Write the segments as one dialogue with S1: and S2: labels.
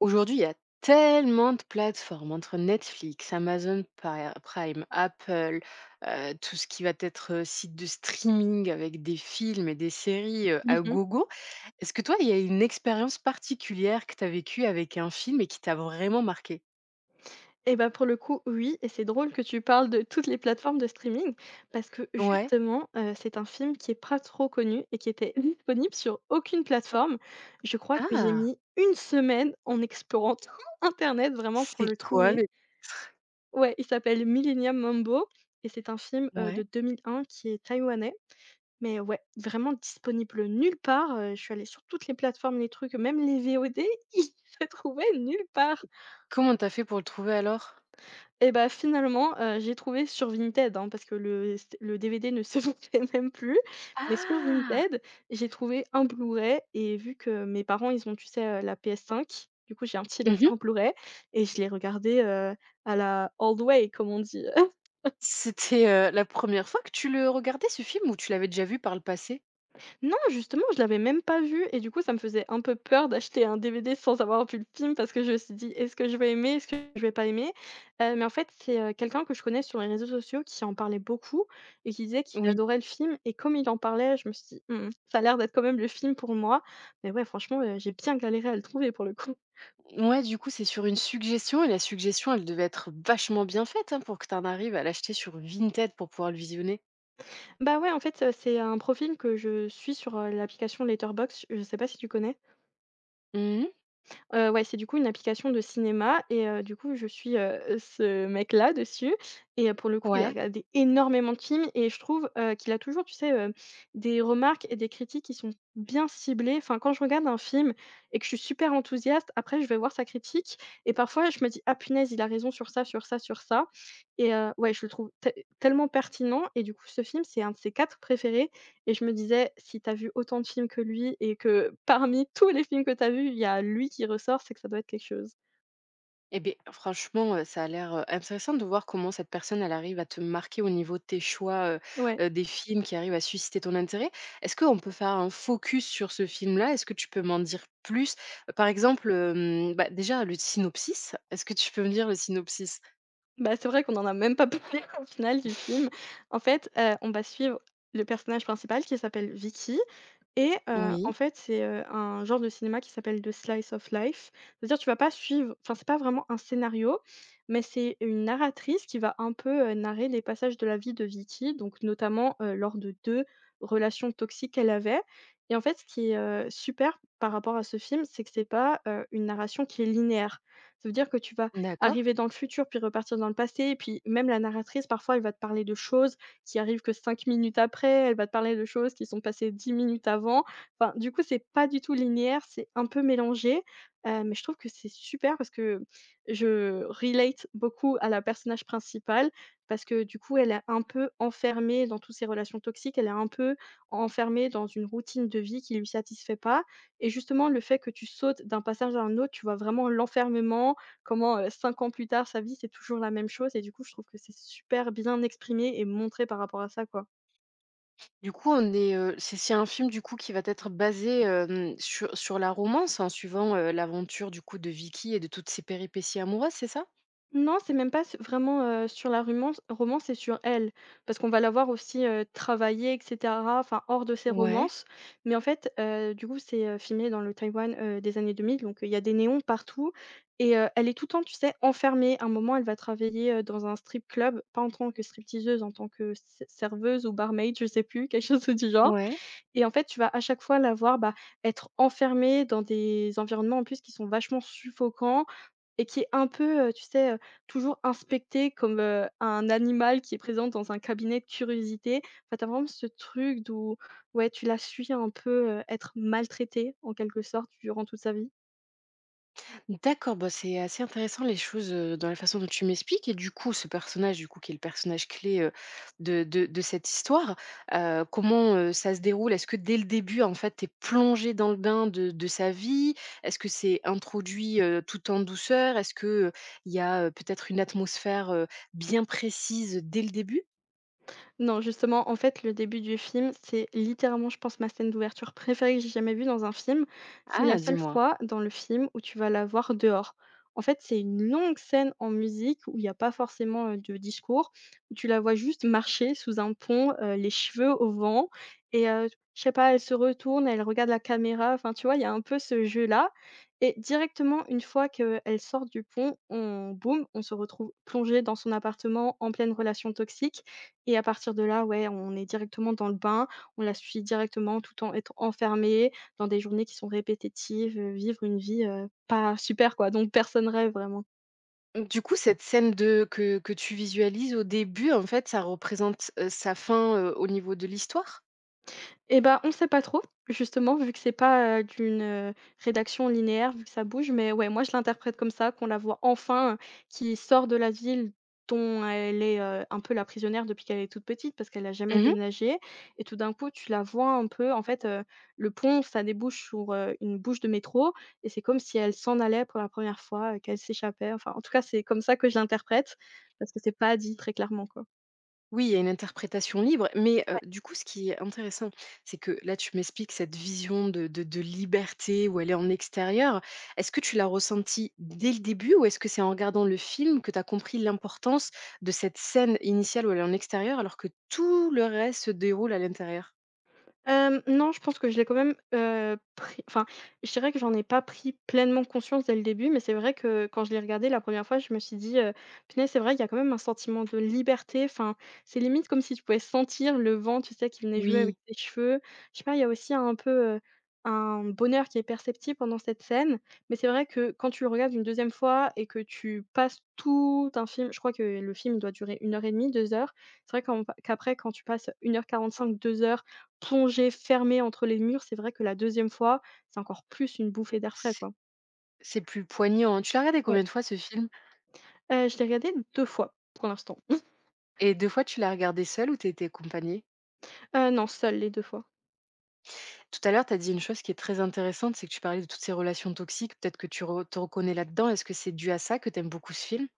S1: Aujourd'hui, il y a tellement de plateformes entre Netflix, Amazon Prime, Apple, tout ce qui va être, site de streaming avec des films et des séries, à
S2: Mmh.
S1: gogo. Est-ce que toi, il y a une expérience particulière que tu as vécue avec un film et qui t'a vraiment marqué?
S2: Et bah, pour le coup, oui et c'est drôle que tu parles de toutes les plateformes de streaming parce que
S1: Ouais.
S2: justement, c'est un film qui est pas trop connu et qui était disponible sur aucune plateforme. Je crois que j'ai
S1: Ah!
S2: mis une semaine en explorant tout internet vraiment pour
S1: C'est
S2: le
S1: quoi
S2: trouver.
S1: le
S2: Ouais, il s'appelle Millennium Mambo et c'est un film, de
S1: ouais.
S2: 2001 qui est taïwanais, mais ouais, vraiment disponible nulle part, je suis allée sur toutes les plateformes, les trucs, même les VOD, ils se trouvaient nulle part.
S1: Comment t'as fait pour le trouver alors?
S2: Et bah, finalement, j'ai trouvé sur Vinted, hein, parce que le DVD ne se vendait même plus, mais sur
S1: Ah!
S2: Vinted, j'ai trouvé un Blu-ray et vu que mes parents, ils ont, tu sais, la PS5, du coup, j'ai un petit
S1: Mmh.
S2: lecteur Blu-ray et je l'ai regardé, à la old way, comme on dit.
S1: C'était, la première fois que tu le regardais ce film ou tu l'avais déjà vu par le passé?
S2: Non, justement, je l'avais même pas vu et du coup, ça me faisait un peu peur d'acheter un DVD sans avoir vu le film parce que je me suis dit: «Est-ce que je vais aimer? Est-ce que je vais pas aimer?» Mais en fait, c'est, quelqu'un que je connais sur les réseaux sociaux qui en parlait beaucoup et qui disait qu'il
S1: Oui.
S2: adorait le film et comme il en parlait, je me suis dit: «Mmh, ça a l'air d'être quand même le film pour moi». Mais ouais, franchement, j'ai bien galéré à le trouver pour le coup.
S1: Ouais, du coup, c'est sur une suggestion et la suggestion, elle devait être vachement bien faite hein, pour que tu en arrives à l'acheter sur Vinted pour pouvoir le visionner.
S2: Bah, ouais, en fait, c'est un profil que je suis sur, l'application Letterboxd, je sais pas si tu connais?
S1: Mhm.
S2: Ouais, c'est du coup une application de cinéma et du coup, je suis, ce mec-là dessus et pour le coup, il a
S1: Ouais.
S2: regardé énormément de films et je trouve, qu'il a toujours, tu sais, des remarques et des critiques qui sont bien ciblées. Enfin, quand je regarde un film et que je suis super enthousiaste, après je vais voir sa critique et parfois je me dis: «Ah punaise, il a raison sur ça, sur ça, sur ça» et ouais, je le trouve tellement pertinent et du coup, ce film, c'est un de ses 4 préférés et je me disais: «Si t'as vu autant de films que lui et que parmi tous les films que t'as vus, il y a lui qui ressort, c'est que ça doit être quelque chose».
S1: Eh bien, franchement, ça a l'air intéressant de voir comment cette personne, elle arrive à te marquer au niveau de tes choix
S2: Ouais,
S1: des films qui arrivent à susciter ton intérêt. Est-ce qu'on peut faire un focus sur ce film-là? Est-ce que tu peux m'en dire plus? Par exemple, bah, déjà, le synopsis. Est-ce que tu peux me dire le synopsis?
S2: bah, c'est vrai qu'on en a même pas parlé au final du film. En fait, on va suivre le personnage principal qui s'appelle Vicky. Et en
S1: Oui,
S2: fait, c'est, un genre de cinéma qui s'appelle le slice of life. C'est-à-dire, tu vas pas suivre enfin, c'est pas vraiment un scénario, mais c'est une narratrice qui va un peu, narrer les passages de la vie de Vicky, donc notamment, lors de 2 relations toxiques qu'elle avait et en fait, ce qui est, super par rapport à ce film, c'est que c'est pas, une narration qui est linéaire. Ça veut dire que tu vas
S1: d'accord.
S2: arriver dans le futur, puis repartir dans le passé et puis même la narratrice, parfois, elle va te parler de choses qui arrive que 5 minutes après, elle va te parler de choses qui sont passées 10 minutes avant. Enfin, du coup, c'est pas du tout linéaire, c'est un peu mélangé, mais je trouve que c'est super parce que je relate beaucoup à la personnage principale parce que, du coup, elle est un peu enfermée dans toutes ces relations toxiques, elle est un peu enfermée dans une routine de vie qui lui satisfait pas et justement, le fait que tu sautes d'un passage à un autre, tu vois vraiment l'enfermement, comment, 5 ans plus tard, sa vie, c'est toujours la même chose et du coup, je trouve que c'est super bien exprimé et montré par rapport à ça, quoi.
S1: Du coup, on est, c'est un film du coup qui va être basé, hem, sur la romance en suivant, l'aventure du coup de Vicky et de toutes ses péripéties amoureuses, c'est ça?
S2: Non, c'est même pas s vraiment, sur la romance. Romance, c'est sur elle. Parce qu'on va la voir aussi, travailler et cetera, enfin, hors de ses
S1: Ouais,
S2: romances. Mais en fait, du coup, c'est, filmé dans le Taïwan, des années 2000, donc, il y a des néons partout et elle est tout le temps, tu sais, enfermée. À un moment, elle va travailler, dans un strip club, pas en tant que stripteaseuse, en tant que s serveuse ou barmaid, je sais plus, quelque chose du genre.
S1: ouais.
S2: Et en fait, tu vas à chaque fois la voir, bah, être enfermée dans des environnements en plus qui sont vachement suffocants et qui est un peu, tu sais, toujours inspectée comme, un animal qui est présent dans un cabinet de curiosité. Enfin, tu as vraiment ce truc d'où ouais, tu la suis un peu, être maltraitée en quelque sorte durant toute sa vie.
S1: D'accord, bah, c'est assez intéressant les choses dans la façon dont tu m'expliques. Et du coup, ce personnage, du coup, qui est le personnage clé de, de cette histoire, comment ça se déroule? Est-ce que dès le début, en fait, tu es plongé dans le bain de sa vie? Est-ce que c'est introduit tout en douceur? Est-ce que il y a peut-être une atmosphère bien précise dès le début?
S2: Non, justement, en fait, le début du film, c'est littéralement, je pense, ma scène d'ouverture préférée que j'ai jamais vue dans un film. C'est la
S1: Ah,
S2: seule
S1: dis-moi.
S2: fois dans le film où tu vas la voir dehors. En fait, c'est une longue scène en musique où il y a pas forcément, de discours, où tu la vois juste marcher sous un pont, les cheveux au vent et je sais pas, elle se retourne, elle regarde la caméra, enfin, tu vois, il y a un peu ce jeu-là et directement, une fois qu'elle sort du pont, on boum, on se retrouve plongé dans son appartement en pleine relation toxique et à partir de là, ouais, on est directement dans le bain, on la suit directement tout en étant enfermé dans des journées qui sont répétitives, vivre une vie, pas super quoi, dont personne rêve vraiment.
S1: Du coup, cette scène de, que tu visualises au début, en fait, ça représente sa fin au niveau de l'histoire?
S2: Et ben on sait pas trop, justement, vu que c'est pas, d'une, rédaction linéaire, vu que ça bouge, mais ouais, moi je l'interprète comme ça, qu'on la voit enfin, qui sort de la ville dont elle est, un peu la prisonnière depuis qu'elle est toute petite, parce qu'elle a jamais déménagé et tout d'un coup, tu la vois un peu en fait, le pont, ça débouche sur, une bouche de métro et c'est comme si elle s'en allait pour la première fois, qu'elle s'échappait. Enfin, en tout cas, c'est comme ça que je l'interprète, parce que c'est pas dit très clairement, quoi.
S1: Oui, il y a une interprétation libre, mais du coup, ce qui est intéressant, c'est que là, tu m'expliques cette vision de liberté où elle est en extérieur. Est-ce que tu l'as ressentie dès le début ou est-ce que c'est en regardant le film que tu as compris l'importance de cette scène initiale où elle est en extérieur alors que tout le reste se déroule à l'intérieur?
S2: Non, je pense que je l'ai quand même, pris enfin, je dirais que j'en ai pas pris pleinement conscience dès le début, mais c'est vrai que quand je l'ai regardé la première fois, je me suis dit: «Punaise, c'est vrai, il y a quand même un sentiment de liberté». Enfin, c'est limite comme si tu pouvais sentir le vent, tu sais, qui venait jouer avec
S1: Oui,
S2: tes cheveux. Je sais pas, il y a aussi un peu, un bonheur qui est perceptible pendant cette scène, mais c'est vrai que quand tu le regardes une deuxième fois et que tu passes tout un film je crois que le film doit durer une heure et demie, 2 heures. C'est vrai qu'après quand tu passes 1h45, 2 heures plongée, fermée entre les murs, c'est vrai que la deuxième fois, c'est encore plus une bouffée d'air frais,
S1: c'est
S2: quoi.
S1: c'est plus poignant. Tu l'as regardé
S2: Ouais.
S1: combien de fois ce film?
S2: Je l'ai regardé 2 fois pour l'instant.
S1: Et 2 fois, tu l'as regardé seul ou tu étais accompagnée?
S2: Non, seule les 2 fois.
S1: Tout à l'heure, tu as dit une chose qui est très intéressante, c'est que tu parlais de toutes ces relations toxiques. Peut-être que tu te reconnais là-dedans. Est-ce que c'est dû à ça que tu aimes beaucoup ce film?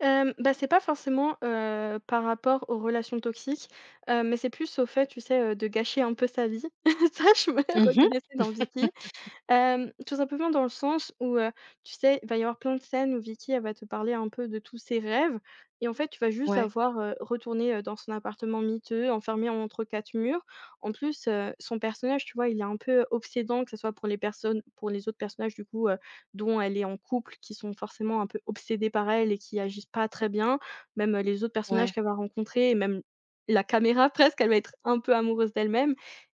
S2: Bah, c'est pas forcément, par rapport aux relations toxiques, mais c'est plus au fait, tu sais, de gâcher un peu sa vie. Ça, je me
S1: Mhm.
S2: reconnaissais dans Vicky. Tout simplement dans le sens où, tu sais, il va y avoir plein de scènes où Vicky, elle va te parler un peu de tous ses rêves et en fait, tu vas juste la
S1: Ouais,
S2: voir, retourner, dans son appartement miteux, enfermée entre 4 murs. En plus, son personnage, tu vois, il est un peu obsédant, que ce soit pour les personnes pour les autres personnages, du coup, dont elle est en couple, qui sont forcément un peu obsédés par elle et qui agissent pas très bien. Même, les autres personnages
S1: ouais.
S2: qu'elle va rencontrer et même la caméra presque, elle va être un peu amoureuse d'elle-même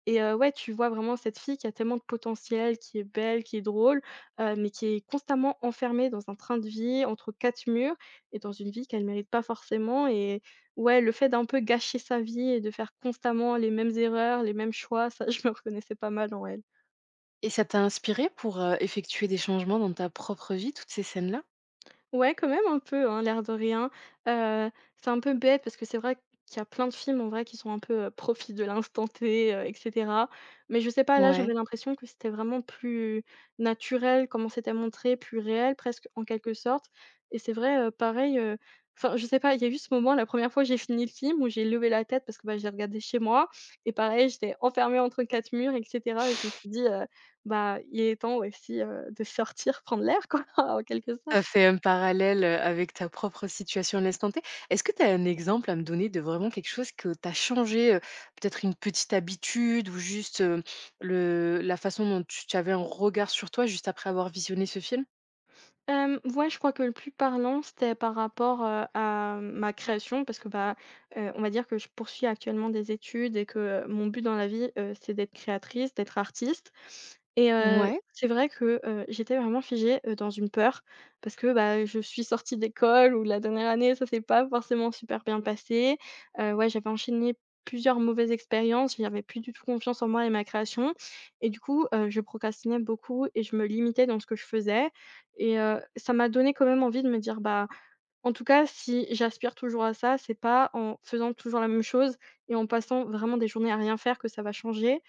S2: et ouais, tu vois vraiment cette fille qui a tellement de potentiel, qui est belle, qui est drôle, mais qui est constamment enfermée dans un train de vie, entre 4 murs et dans une vie qu'elle mérite pas forcément et ouais, le fait d'un peu gâcher sa vie et de faire constamment les mêmes erreurs, les mêmes choix, ça je me reconnaissais pas mal en elle.
S1: Et ça t'a inspiré pour effectuer des changements dans ta propre vie, toutes ces scènes-là?
S2: Ouais, quand même un peu, hein, l'air de rien. C'est un peu bête parce que c'est vrai qu'il y a plein de films en vrai qui sont un peu, profit de l'instant T, et cetera. Mais je sais pas, là, j'avais
S1: Ouais.
S2: l'impression que c'était vraiment plus naturel comment c'était montré, plus réel presque en quelque sorte. Et c'est vrai, pareil, enfin, je sais pas, il y a eu ce moment la première re fois que j'ai fini le film où j'ai levé la tête parce que, bah, j'ai regardé chez moi et pareil, j'étais enfermée entre 4 murs et cetera et je me suis dit: «Bah, il est temps aussi, de sortir, prendre l'air quoi» en quelque
S1: Ça
S2: sorte.
S1: fait un parallèle avec ta propre situation à l'instant T. Est-ce que tu as un exemple à me donner de vraiment quelque chose que tu as changé, peut-être une petite habitude ou juste le, la façon dont tu, tu avais un regard sur toi juste après avoir visionné ce film?
S2: Ouais, je crois que le plus parlant, c'était par rapport, à ma création parce que, bah, on va dire que je poursuis actuellement des études et que mon but dans la vie, c'est d'être créatrice, d'être artiste et
S1: Ouais.
S2: c'est vrai que, j'étais vraiment figée, dans une peur parce que, bah, je suis sortie d'école ou la dernière année, ça s'est pas forcément super bien passé. Ouais, j'avais enchaîné plusieurs mauvaises expériences, j'avais plus du tout confiance en moi et ma création. Et du coup, je procrastinais beaucoup et je me limitais dans ce que je faisais, et ça m'a donné quand même envie de me dire: «Bah, en tout cas, si j'aspire toujours à ça, c'est pas en faisant toujours la même chose et en passant vraiment des journées à rien faire que ça va changer».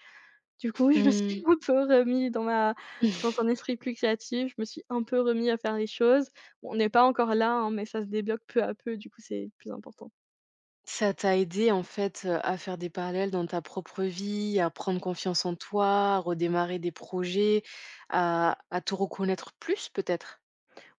S2: Du coup, je me suis
S1: Hmm.
S2: un peu remis dans un esprit plus créatif, je me suis un peu remis à faire les choses. Bon, on n'est pas encore là, hein, mais ça se débloque peu à peu, du coup, c'est plus important.
S1: Ça t'a aidé, en fait, à faire des parallèles dans ta propre vie, à prendre confiance en toi, à redémarrer des projets, à te reconnaître plus, peut-être?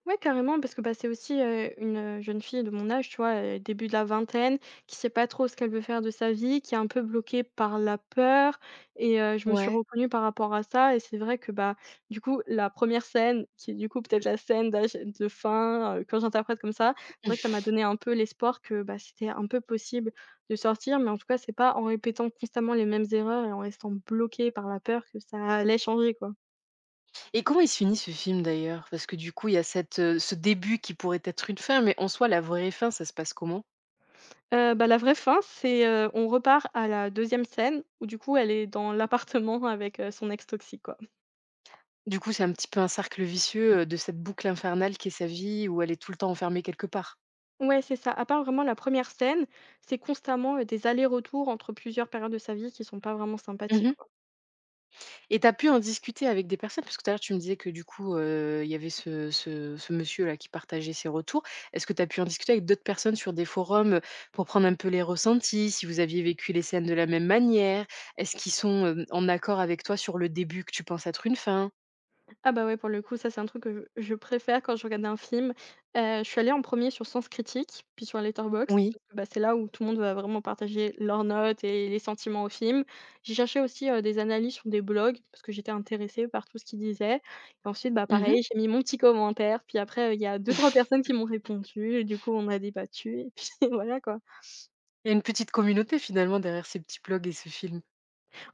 S2: Ouais, carrément, parce que, bah, c'est aussi, une, jeune fille de mon âge, tu vois, début de la vingtaine, qui sait pas trop ce qu'elle veut faire de sa vie, qui est un peu bloquée par la peur. Et je me suis
S1: Ouais.
S2: reconnue par rapport à ça, et c'est vrai que, bah, du coup, la première scène qui est, du coup, peut-être la scène d'âge de fin, quand j'interprète comme ça, c'est vrai que ça m'a donné un peu l'espoir que, bah, c'était un peu possible de sortir, mais en tout cas, c'est pas en répétant constamment les mêmes erreurs et en restant bloquée par la peur que ça allait changer, quoi.
S1: Et comment il se finit ce film, d'ailleurs? Parce que, du coup, il y a cette, ce début qui pourrait être une fin, mais en soi, la vraie fin, ça se passe comment?
S2: Bah, la vraie fin, c'est, on repart à la deuxième scène où du coup elle est dans l'appartement avec, son ex toxique, quoi.
S1: Du coup, c'est un petit peu un cercle vicieux, de cette boucle infernale qui est sa vie où elle est tout le temps enfermée quelque part.
S2: Ouais, c'est ça. À part vraiment la première scène, c'est constamment, des allers-retours entre plusieurs périodes de sa vie qui sont pas vraiment sympathiques.
S1: Et tu as pu en discuter avec des personnes? Parce que tout à l'heure, tu me disais que du coup, il y avait ce monsieur-là qui partageait ses retours. Est-ce que tu as pu en discuter avec d'autres personnes sur des forums, pour prendre un peu les ressentis, si vous aviez vécu les scènes de la même manière? Est-ce qu'ils sont, hem, en accord avec toi sur le début que tu penses être une fin?
S2: Ah bah ouais, pour le coup, ça, c'est un truc que je préfère quand je regarde un film. Je suis allée en premier sur Sens Critique, puis sur Letterboxd,
S1: Oui.
S2: parce que, bah, c'est là où tout le monde va vraiment partager leurs notes et les sentiments au film. J'ai cherché aussi, des analyses sur des blogs, parce que j'étais intéressée par tout ce qu'ils disaient. Et ensuite, bah,
S1: Mmh mh.
S2: pareil, j'ai mis mon petit commentaire, puis après, il y a deux trois personnes qui m'ont répondu, et du coup, on a débattu, et puis voilà, quoi.
S1: Il y a une petite communauté finalement derrière ces petits blogs et ces films.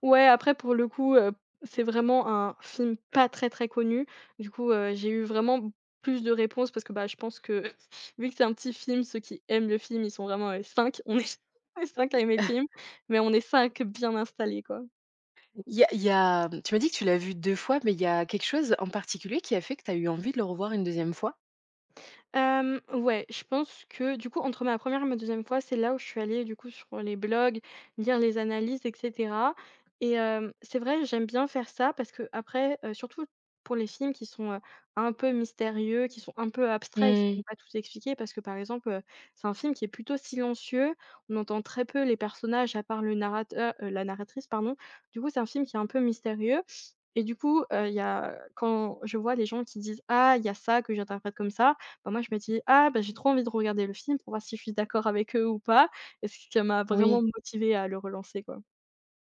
S2: Ouais, après pour le coup, c'est vraiment un film pas très, très connu. Du coup, j'ai eu vraiment plus de réponses parce que, bah, je pense que vu que c'est un petit film, ceux qui aiment le film, ils sont vraiment, 5. On est cinq est 5 à aimer le film, mais on est 5 bien installés, quoi.
S1: Mmh, tu m'as dit que tu l'as vu 2 fois, mais il y a quelque chose en particulier qui a fait que tu as eu envie de le revoir une deuxième fois?
S2: Ouais, je pense que du coup, entre ma première et ma deuxième fois, c'est là où je suis allée du coup sur les blogs, lire les analyses et cetera. Et c'est vrai, j'aime bien faire ça parce qu'après, surtout pour les films qui sont, un peu mystérieux, qui sont un peu abstraits et qui ne
S1: Mmh,
S2: vont pas tout expliquer parce que, par exemple, c'est un film qui est plutôt silencieux. On entend très peu les personnages à part le narrateur, la narratrice, pardon. Du coup, c'est un film qui est un peu mystérieux, et du coup, il y a quand je vois les gens qui disent: «Ah, il y a ça que j'interprète comme ça». Bah, moi, je me dis: «Ah, bah, j'ai trop envie de regarder le film pour voir si je suis d'accord avec eux ou pas», et ce qui m'a vraiment
S1: oui.
S2: motivée à le relancer, quoi.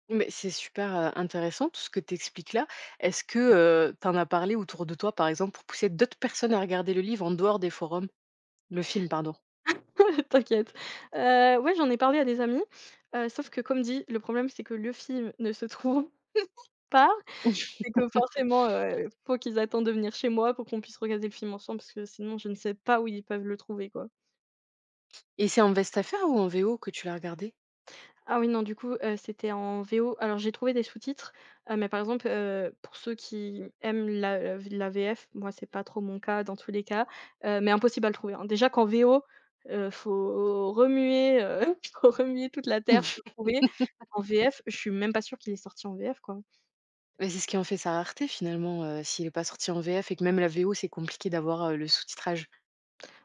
S1: Mais c'est super, intéressant tout ce que tu expliques là. Est-ce que, tu en as parlé autour de toi, par exemple, pour pousser d'autres personnes à regarder le livre en dehors des forums? Le film, pardon.
S2: T'inquiète. Ouais, j'en ai parlé à des amis, sauf que comme dit, le problème, c'est que le film ne se trouve pas, et que forcément, faut qu'ils attendent de venir chez moi pour qu'on puisse regarder le film ensemble parce que sinon je ne sais pas où ils peuvent le trouver, quoi.
S1: Et c'est en veste à faire ou en VO que tu l'as regardé?
S2: Ah oui, non, du coup, c'était en VO. Alors j'ai trouvé des sous-titres, mais par exemple, pour ceux qui aiment la VF, moi c'est pas trop mon cas dans tous les cas, mais impossible à le trouver, hein. Déjà qu'en VO, heu, faut remuer, heu, faut remuer toute la terre pour le trouver. En VF, je suis même pas sûre qu'il est sorti en VF, quoi.
S1: Mais c'est ce qui en fait sa rareté finalement, s'il n'est pas sorti en VF et que même la VO, c'est compliqué d'avoir, le sous-titrage.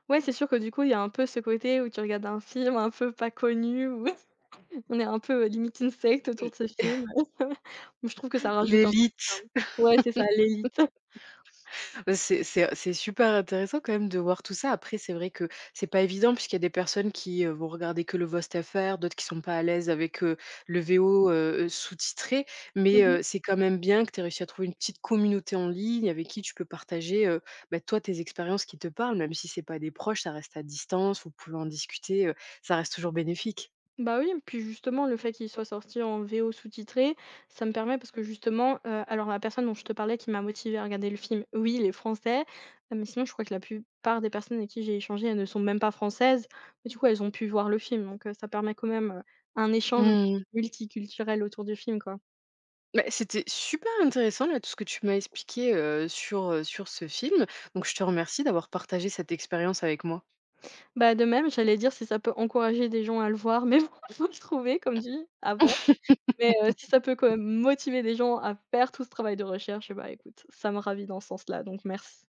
S2: Ouais, c'est sûr que du coup, il y a un peu ce côté où tu regardes un film un peu pas connu, où on est un peu, limite une secte
S1: L
S2: autour de ce film. Je trouve que ça rajoute un peu de charme.
S1: L'élite.
S2: Ouais, c'est ça, l'élite.
S1: Bah, c'est super intéressant quand même de voir tout ça. Après, c'est vrai que c'est pas évident puisqu'il y a des personnes qui, vont regarder que le VOST-FR, d'autres qui sont pas à l'aise avec, le VO, sous-titré. Mais, c'est quand même bien que tu aies réussi à trouver une petite communauté en ligne avec qui tu peux partager, bah, toi, tes expériences qui te parlent, même si c'est pas des proches, ça reste à distance, vous pouvez en discuter, ça reste toujours bénéfique.
S2: Bah oui, puis justement, le fait qu'il soit sorti en VO sous-titré, ça me permet parce que justement, alors la personne dont je te parlais qui m'a motivée à regarder le film, oui, il est français, mais sinon je crois que la plupart des personnes avec qui j'ai échangé, elles ne sont même pas françaises, mais du coup elles ont pu voir le film, donc ça permet quand même, un échange
S1: Mmh.
S2: multiculturel autour du film, quoi.
S1: Bah, c'était super intéressant là, tout ce que tu m'as expliqué, sur, sur ce film. Donc je te remercie d'avoir partagé cette expérience avec moi.
S2: Bah de même, j'allais dire si ça peut encourager des gens à le voir, mais bon, faut se trouver comme dit avant, mais si ça peut quand même motiver des gens à faire tout ce travail de recherche, bah écoute, ça me ravit dans ce sens-là, donc merci.